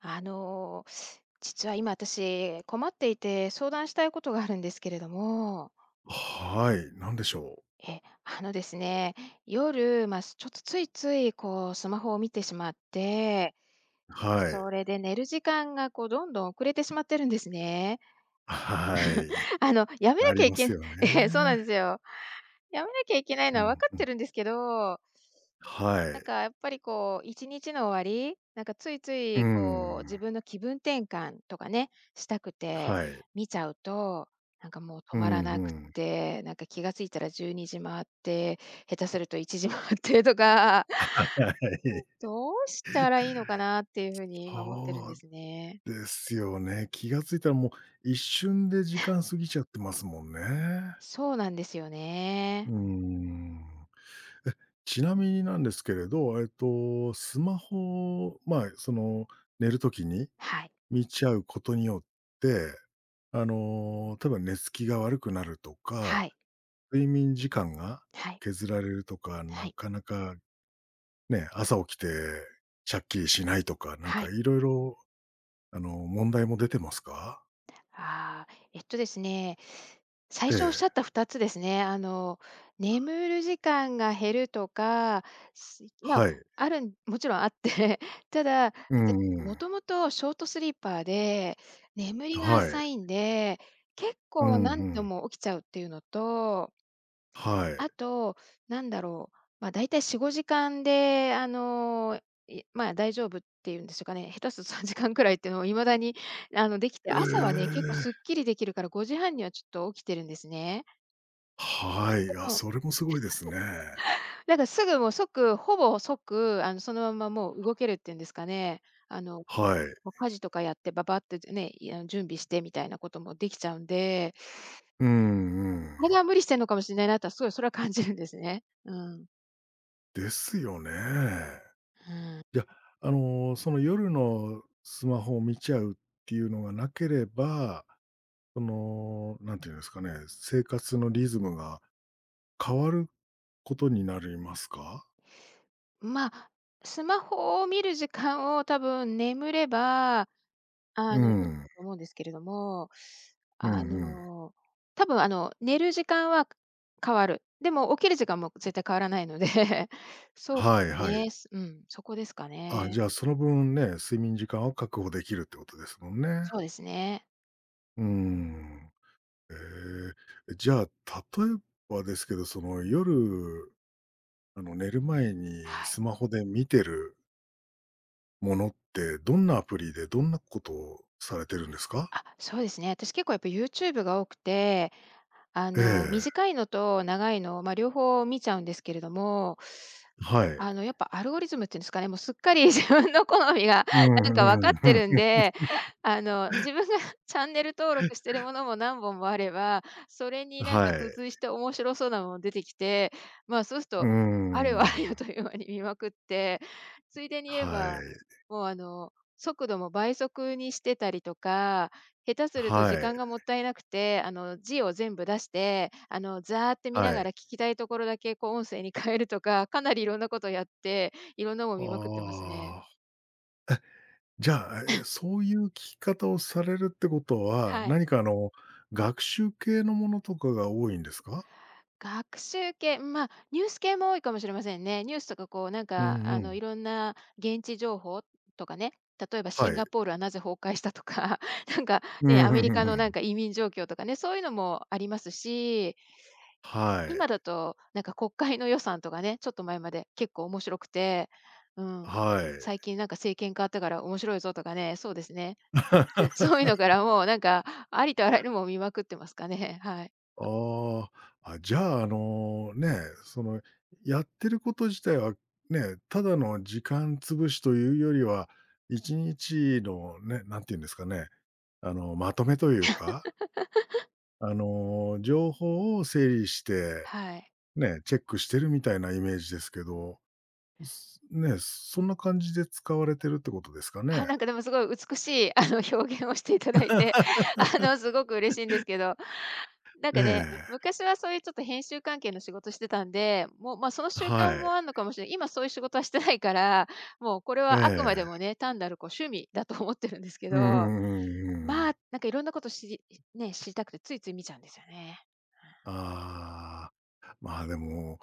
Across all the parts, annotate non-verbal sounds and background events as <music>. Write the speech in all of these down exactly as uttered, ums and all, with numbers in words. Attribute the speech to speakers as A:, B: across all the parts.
A: あの、実は今私困っていて相談したいことがあるんですけれども、
B: はい、なんでしょう。
A: え、あのですね、夜、まあ、ちょっとついついこうスマホを見てしまって、
B: はい。
A: それで寝る時間がこうどんどん遅れてしまってるんですね。
B: はい。
A: <laughs> あの、やめな
B: あ
A: き
B: り
A: ゃい
B: ます
A: け
B: よ
A: <laughs> え、そうなんで
B: ね。
A: すよ。やめなきゃいけない
B: う
A: のは分
B: ん
A: かっ
B: う
A: て
B: ん。
A: るんですけど、
B: は
A: なん
B: い。
A: かやっぱりこう、いちにちの終わり、なんかついつ
B: う
A: いこう、
B: ん。
A: 自分の気分転換とかね、したくて
B: はい。
A: 見ちゃうと、なんかもう止
B: う
A: まら
B: ん
A: な
B: う
A: く
B: ん。
A: て、なんか気がついたらじゅうにじ回って、下手するといちじ回ってとか。
B: はい。
A: <laughs> どうしたらいいのかなっていう風に今思ってるん
B: そ
A: で
B: う
A: すね。
B: ですよね。気がついたらもう一瞬で時間過ぎちゃってますもんね。
A: そうなんですよ
B: う
A: ね。
B: ーん。え、ちなみになんですけれど、えっと、スマホ、まあ、その、寝るときに
A: はい、
B: 見ちゃうことによって、あの、多分寝つきが悪くなると
A: は
B: か、
A: い、
B: 睡眠時間が
A: はい、
B: 削られるとか、
A: は
B: な
A: い、
B: かなかね、朝起きてシャッキリしないとか、なん
A: は
B: か
A: い。
B: いろいろあの、問題も出てますか？
A: ああ、えっとですね、最
B: え
A: 初おっしゃっ
B: え、
A: たふたつですね。あの、眠る時間が減るとか、すまあ、
B: はい。
A: あるんもちろんあって、<laughs> ただ、
B: う
A: 私
B: んう
A: も
B: ん。
A: ともとショートスリーパーで、眠りが
B: はい。
A: 浅いんで、結
B: う
A: 構
B: んう
A: 何度
B: ん。
A: も起きちゃうっていうのと
B: はい。
A: あと、なんだろう、まあ、だいたいよん、ごじかんで、あの、いまあ、大丈夫っていうんですかね、下手するとさんじかんくらいっていうのを未だに、あの、できて、
B: え
A: 朝はね、結構すっ
B: え、
A: きりできるからごじはんにはちょっと起きてるんですね。
B: はい。
A: で
B: あ、
A: も、
B: それもすごいですね。
A: なんかすぐもう即、ほぼ即、あの、そのままもう動けるっていうんですかね、あの、
B: はい。
A: もう家事とかやってばばってね、いあの、準備してみたいなこともできちゃうんで、
B: うんうん。
A: 体は無理してるのかもしれないなとはすごいそれは感じるんですね。うん。
B: ですよね。
A: うん。
B: いや、あの、その夜のスマホを見ちゃうっていうのがなければ、その、なんていうんですかね、生活のリズムが変わることになりますか？
A: まあ、スマホを見る時間を多分眠れば、あ
B: う
A: の、いい
B: ん。
A: と思うんですけれども、
B: う
A: あ
B: んうん。
A: の、多分あの、寝る時間は変わる。でも起きる時間も絶対変わらないので、<laughs> そうで
B: はいはい。
A: すね。うん、そこですか
B: あ、
A: ね。
B: じゃあ、その分ね、睡眠時間を確保できるってことですもんね。
A: そうですね。
B: うん。ええ、じゃあ、例えばですけど、その夜、あの、寝る前に
A: はい。
B: スマホで見てるものって、どんなアプリでどんなことをされてるんですか？
A: あ、そうですね。私結構やっぱ ユーチューブ が多くてあ
B: え
A: の、
B: え、
A: 短いのと長いの、まあ、両方見ちゃうんですけれども、
B: はい。
A: あの、やっぱアルゴリズムっていうんですかね、もうすっかり <laughs> 自分の好みが
B: う
A: な
B: ん
A: ん
B: う
A: か
B: ん
A: 分
B: う
A: かってるん
B: ん。
A: で、あの、自分が <laughs> チャンネル登録してるものも何本もあれば、それになん
B: は
A: か付
B: い。
A: 随して面白そうなもの出てきて、まあ、そうする
B: うー
A: と、あれは <laughs>
B: ん。
A: あれよという間に見まくって、ついでに言え
B: は
A: ば、
B: い。
A: もうあの、速度も倍速にしてたりとか下手すると
B: は
A: 時
B: い。
A: 間がもったいなくて、あの、字を全部出して、あの、ざーって見な
B: は
A: が
B: い。
A: ら聞きたいところだけ、こう、音声に変えるとか、かなりいろんなことやって、いろんなもん
B: あ
A: 見まくってますね。
B: あ。じゃあ、え、そういう聞き方をされるってことは、
A: はい。
B: 何かあの、学習系のものとかが多いんですか？
A: 学習系、まあ、ニュース系も多いかもしれませんね。ニュースとかこう、なん
B: う
A: か、
B: んう
A: あの、
B: ん。
A: いろんな現地情報とかね、例えばシ
B: は
A: ン
B: い。
A: ガポールはなぜ崩壊したとか、<laughs> なんか
B: う
A: ね、
B: ん、
A: ア
B: ふ
A: メ
B: ん
A: リ
B: ふん
A: カ
B: ふ
A: のなん
B: ん。
A: か移民状況とかね、そういうのもありますし、
B: はい。
A: 今だと、なんか国会の予算とかね、ちょっと前まで結構面白くて、うん、
B: はい。
A: 最近なんか政権変わったから面白いぞとかね、そうですね。<laughs> そういうのからもうなんか、ありとあらゆるものを見まくってますかね。はい。
B: ああ、あ、じゃあ、あの、ね、その、やってること自体はね、ただの時間潰しというよりは、いちにちのね、なんていうんですかね、あの、まとめというか、あの、情報を整理して、
A: はい。
B: ね、チェックしてるみたいなイメージですけど、すね、そんな感じで使われてるってことですかね？
A: あ、なんかでもすごい美しいあの表現をしていただいて、<laughs> あのすごく嬉しいんですけど、なん
B: え
A: かね、
B: え、
A: 昔はそういうちょっと編集関係の仕事してたんで、もう、ま、その習慣
B: はい、
A: もあんのかもしれない。今そういう仕事はしてないから、もうこれ
B: え
A: はあくまでも
B: え。
A: ね、単なるこう趣味だと思ってるんですけ
B: うう
A: ど。
B: んうんうんう
A: まあ、
B: ん。
A: なんかいろんなこと知りね、知りたくてついつい見ちゃうんですよね。
B: ああ、まあ、でも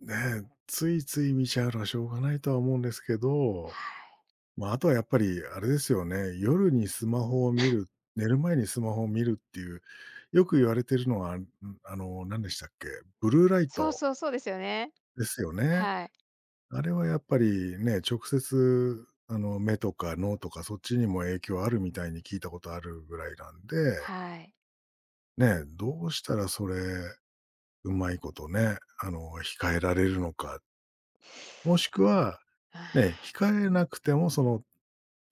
B: ねえ、ついつい見ちゃうのはしょうがないとは思うんですけ
A: うん、
B: ど、
A: はい。
B: まあ、あとはやっぱりあれですよね、夜にスマホを見る、寝る前にスマホを見るっていう、よく言われてるのは、んあの、何でしたっけ、ブルーライ
A: そう
B: ト
A: そうそうですよね。
B: ですよね。
A: はい。
B: あれはやっぱりね、直接、あの、目とか脳とかそっちにも影響あるみたいに聞いたことあるぐらいなんで、
A: はい。
B: ねえ、どうしたらそれ、うまいことね、あの、控えられるのかもしくは、
A: う
B: ね、
A: ん。
B: 控えなくても、その、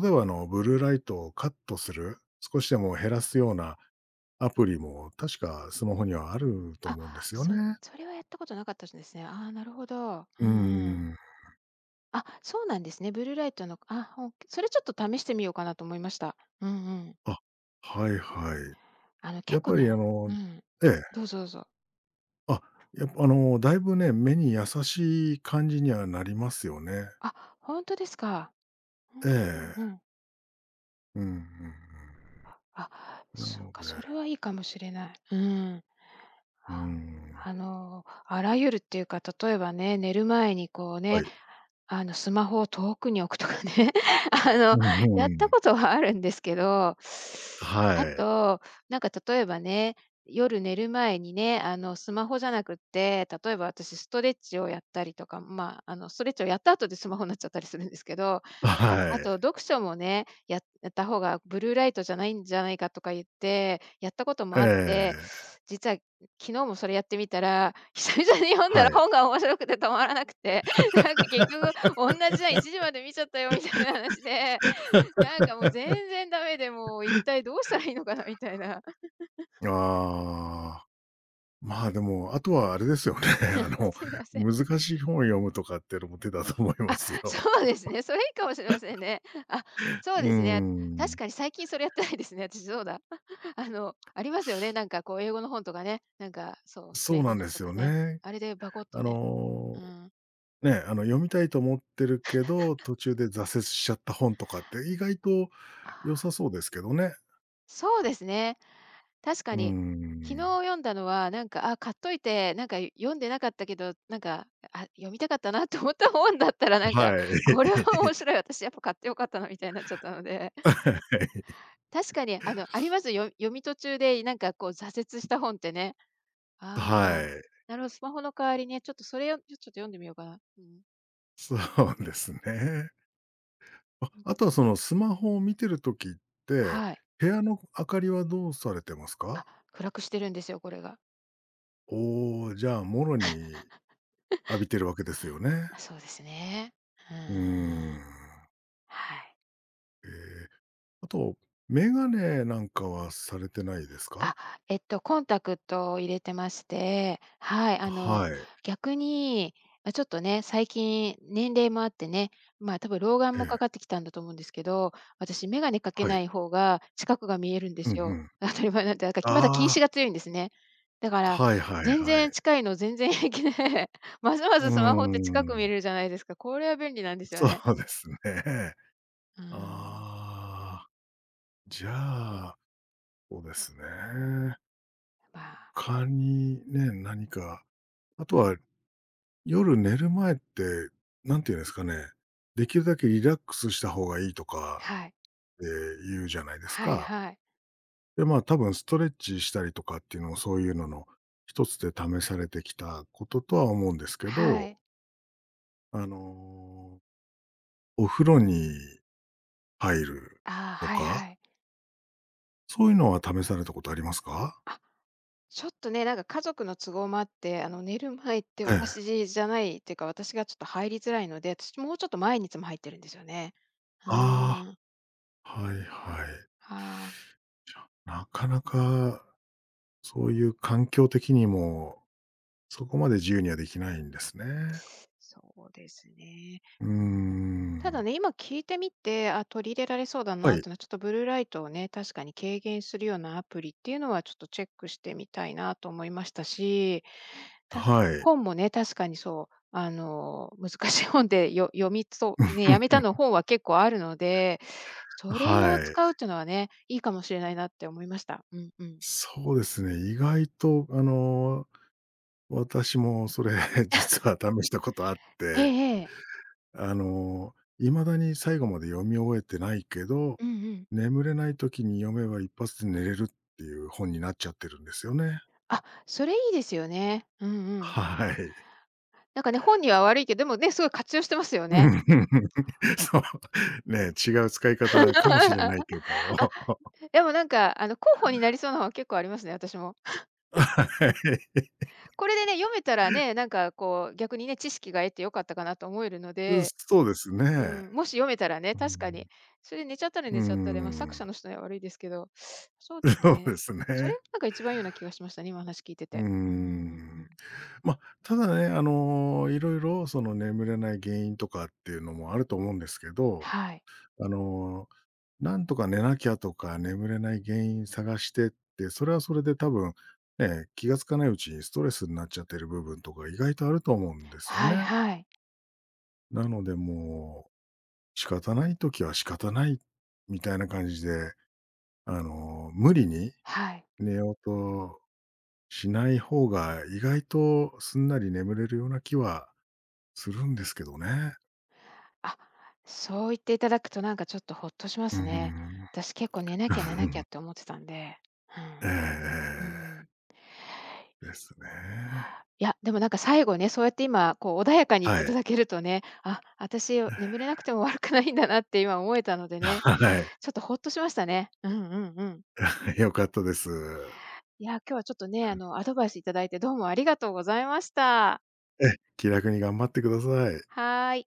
B: 例えばあの、ブルーライトをカットする、少しでも減らすようなアプリも確かスマホにはあると
A: あ、
B: 思うんですよ
A: そ
B: ね。
A: それはやったことなかったですね。ああ、なるほど。
B: う
A: う
B: ー
A: んうん。
B: ん。
A: あ、そうなんですね。ブルーライトのあ、ほんそれちょっと試してみようかなと思いました。うんうん。
B: あ、はいはい。
A: あの、
B: や
A: 結
B: っ
A: 構
B: ぱりあ
A: ね
B: の
A: うん。
B: ええ。
A: どうぞどうぞ。
B: あ、やっぱあの、だいぶね、目に優しい感じにはなりますよね。
A: あ、本当ですか。う
B: え
A: んうん
B: え。
A: うん。
B: うんうん
A: あ、
B: うん。な
A: そ
B: の
A: うか、
B: で、
A: それはいいかもしれない。うん。
B: うーん、
A: あの、あらゆるっていうか、例えばね、寝る前にこう
B: は
A: ね、
B: い。
A: あの、スマホを遠くに置くとかね、<laughs> あ
B: う
A: の、
B: ん
A: や
B: う
A: った
B: ん。
A: ことはあるんですけど、
B: は
A: あ
B: い。
A: と、なんか例えばね、夜寝る前にね、あの、スマホじゃなくって、例えば私ストレッチをやったりとか、まあ、あの、ストレッチをやった後でスマホになっちゃったりするんですけどあと
B: は
A: 読書もね、ややった方がブルーライトじゃないんじゃないかとか言って、やったこと
B: い。
A: も
B: え
A: あって、
B: え。
A: 実は昨日もそれやってみたら、<laughs> 久々に読んだ
B: は
A: ら
B: い。
A: 本が面白くて止まらなくて、<laughs> なんか結局おんなじじゃん、いちじまで見ちゃったよみたいな話で、なんかもう全然ダメで、もう一体どうしたらいいのかなみたいな。
B: ああ、まあ、でも、あとはあれですよね、<laughs> あ
A: <laughs>
B: の、
A: すいません。
B: 難しい本を読むとかっていうのも手だと思いま
A: あ、
B: すよ。
A: そうですね。それいいかもしれませんね。あ、
B: <laughs>
A: そう
B: うー
A: ですね。確
B: ん、
A: かに最近それやってないですね。私そうだ。<laughs> あの、ありますよね。なんかこう英語の本とかね。なんか、そう、スペ
B: そう
A: イン
B: な
A: 語
B: ん
A: の
B: で
A: 本と
B: すよ
A: かね。
B: ね。
A: あれでバコッ
B: あ
A: とね。う
B: の、
A: ん。
B: ね、あの、読みたいと思ってるけど、途中で挫折しちゃった本とかって意外と
A: あ、
B: 良さそうですけどね。
A: そうですね。確
B: う
A: か
B: ー
A: に。昨日
B: ん。
A: 読んだのは、なんか、あ、買っといて、なんか読んでなかったけど、なんか、あ、読みたかったなと思った本だったら、なんか、
B: は
A: これは
B: い。
A: 面白い、私やっぱ買ってよかったなみたいになっちゃったので。
B: <laughs>
A: 確かに、あの、あります。よ読み途中で、なんかこう挫折した本ってね。
B: は
A: ああ、
B: い。
A: なるほど、スマホの代わりに、ちょっとそれを、ちょっと読んでみようかな。うん。
B: そう <laughs> ですね。あ、
A: うん。
B: あとはそのスマホを見てる時って、
A: はい。
B: 部屋の明かりはどうされてますか？
A: あ、暗くしてるんですよ、これが。
B: おお、じゃあ、もろに浴びてるわけですよね。
A: あ、そうですね。う
B: うーん。
A: ん。はい。
B: ええ、あと、眼鏡なんかはされてないです
A: あ、
B: か？
A: えっと、コンタクトを入れてまして、はい、あの、
B: はい。
A: 逆に、ま、ちょっとね、最近年齢もあってね、まあ、多分老眼
B: え
A: もか
B: え、
A: かってきたんだと思うんですけど、私眼鏡かけ
B: はい。
A: ない方が近くが見えるんで
B: うんう
A: すよ。
B: ん。
A: <laughs> 当たり前なんで、なんか、まだ近
B: あ
A: 視が強いんですね。だか
B: あ、
A: ら、
B: はいはい
A: 全
B: は
A: 然
B: い。
A: 近いの全然平気で、<laughs> ますま
B: うー
A: すスマホって近く見
B: ん、
A: れるじゃないですか。これは便利なんですよ
B: そ
A: ね。
B: うですね。<laughs>
A: うん、
B: ああ、じゃあ、そうですね。
A: まあ、
B: 他にね、何か、あとは夜寝る前って、なんていうんですかね、できるだけリラックスした方がいいとかっ
A: はい。
B: て言うじゃないです
A: はい
B: か。
A: はい。
B: で、まあ、多分ストレッチしたりとかっていうのも、そういうのの一つで試されてきたこととは思うんですけ
A: は
B: ど、
A: い。
B: あの、お風呂に入る
A: ああ、
B: と
A: はい
B: か、
A: はい。
B: そういうのは試されたことありますか？
A: あちょっとね、なんか家族の都合もあって、あの、寝る前って
B: ええ。
A: 私じゃないっていうか、私がちょっと入りづらいので、私もうちょっと前にいつも入ってるんですよね。う
B: あ
A: ーん。
B: あ、はいはい。
A: はあ。
B: なかなかそういう環境的にも、そこまで自由にはできないんですね。
A: そうですね。
B: うー
A: ただ
B: ん。
A: ね、今聞いてみて、あ、取り入れられそうだ
B: は
A: なっ
B: い。
A: ていうのは、ちょっとブルーライトをね、確かに軽減するようなアプリっていうのはちょっとチェックしてみたいなと思いましたし、た
B: はい。
A: 本もね、確かにそう、あの、<laughs> 難しい本でよ読みそうね、やめたの
B: <laughs>
A: 本は結構あるので、それを
B: はい。
A: 使うっていうのはね、いいかもしれないなって思いました。うんうん。
B: そうですね、意外とあの、私もそれ <laughs> 実は試したことあっ
A: え
B: て、
A: えええ。
B: あの、いまだに最後まで読み終えてないけど、
A: うんうん。
B: 眠れない時に読めば一発で寝れるっていう本になっちゃってるんですよね。
A: あ、それいいですよね。うんうん。
B: はい。<laughs>
A: なんかね、本には悪いけど、でもね、すごい活用してますよ
B: う
A: ね。
B: ん、そう。ね、違う使い
A: <laughs>
B: 方かもしれ
A: あ、
B: ないけど。<laughs>
A: でもなんか、あの、候補になりそうな本結構ありますね、私も。
B: はい。
A: これでね、読めたらね、なんかこう、逆にね、知識が得て良かったかなと思えるので
B: そうです
A: う
B: ね。
A: ん、もし読めたらね、
B: う
A: 確か
B: ん。
A: に。それで寝ちゃったら
B: うー
A: 寝ちゃったで、まあ、作
B: ん、
A: 者の人には悪いですけど、<sniffs> そう
B: <laughs>
A: です
B: そう
A: ね。
B: です
A: それが
B: ね。
A: なんか一番いいような気がしましたね、今話聞いて
B: うー
A: て。うんうんうんう
B: ん。
A: ん。
B: まあ、ただね、あの、いろいろその眠れない原因とかっていうのもあると思うんですけど、
A: はい。
B: あの、なんとか寝なきゃとか、眠れない原因探してって、それはそれで多分、ね、気が付かないうちにストレスになっちゃってる部分とか意外とあると思うんですよ
A: はい
B: ね。
A: はい。
B: なのでもう、仕方ない時は仕方ないみたいな感じで、あの、無理に
A: はい。
B: 寝ようとしない方が意外とすんなり眠れるような気はするんですけどね。
A: あ、そう言っていただくとなんかちょっとほっとしま
B: うー
A: すね。
B: ん。
A: 私結構寝なきゃ寝なきゃっ
B: <laughs>
A: て思ってたんで。う
B: え
A: ん。
B: えええ
A: うん。
B: えですね。
A: いや、でもなんか最後ね、そうやって今こう穏やかに言っ
B: は
A: てい
B: い。
A: ただけるとね、あ、私眠れ
B: <laughs>
A: なくても悪くないんだなって今思えたのでね、
B: はい。
A: ちょっとほっとしましたね。うんうんうん。
B: 良かったです。
A: いや、今日はちょっとね、あの、アドバイスいただいてどうもありがとうございました。
B: え、気楽に頑張ってください。
A: はーい。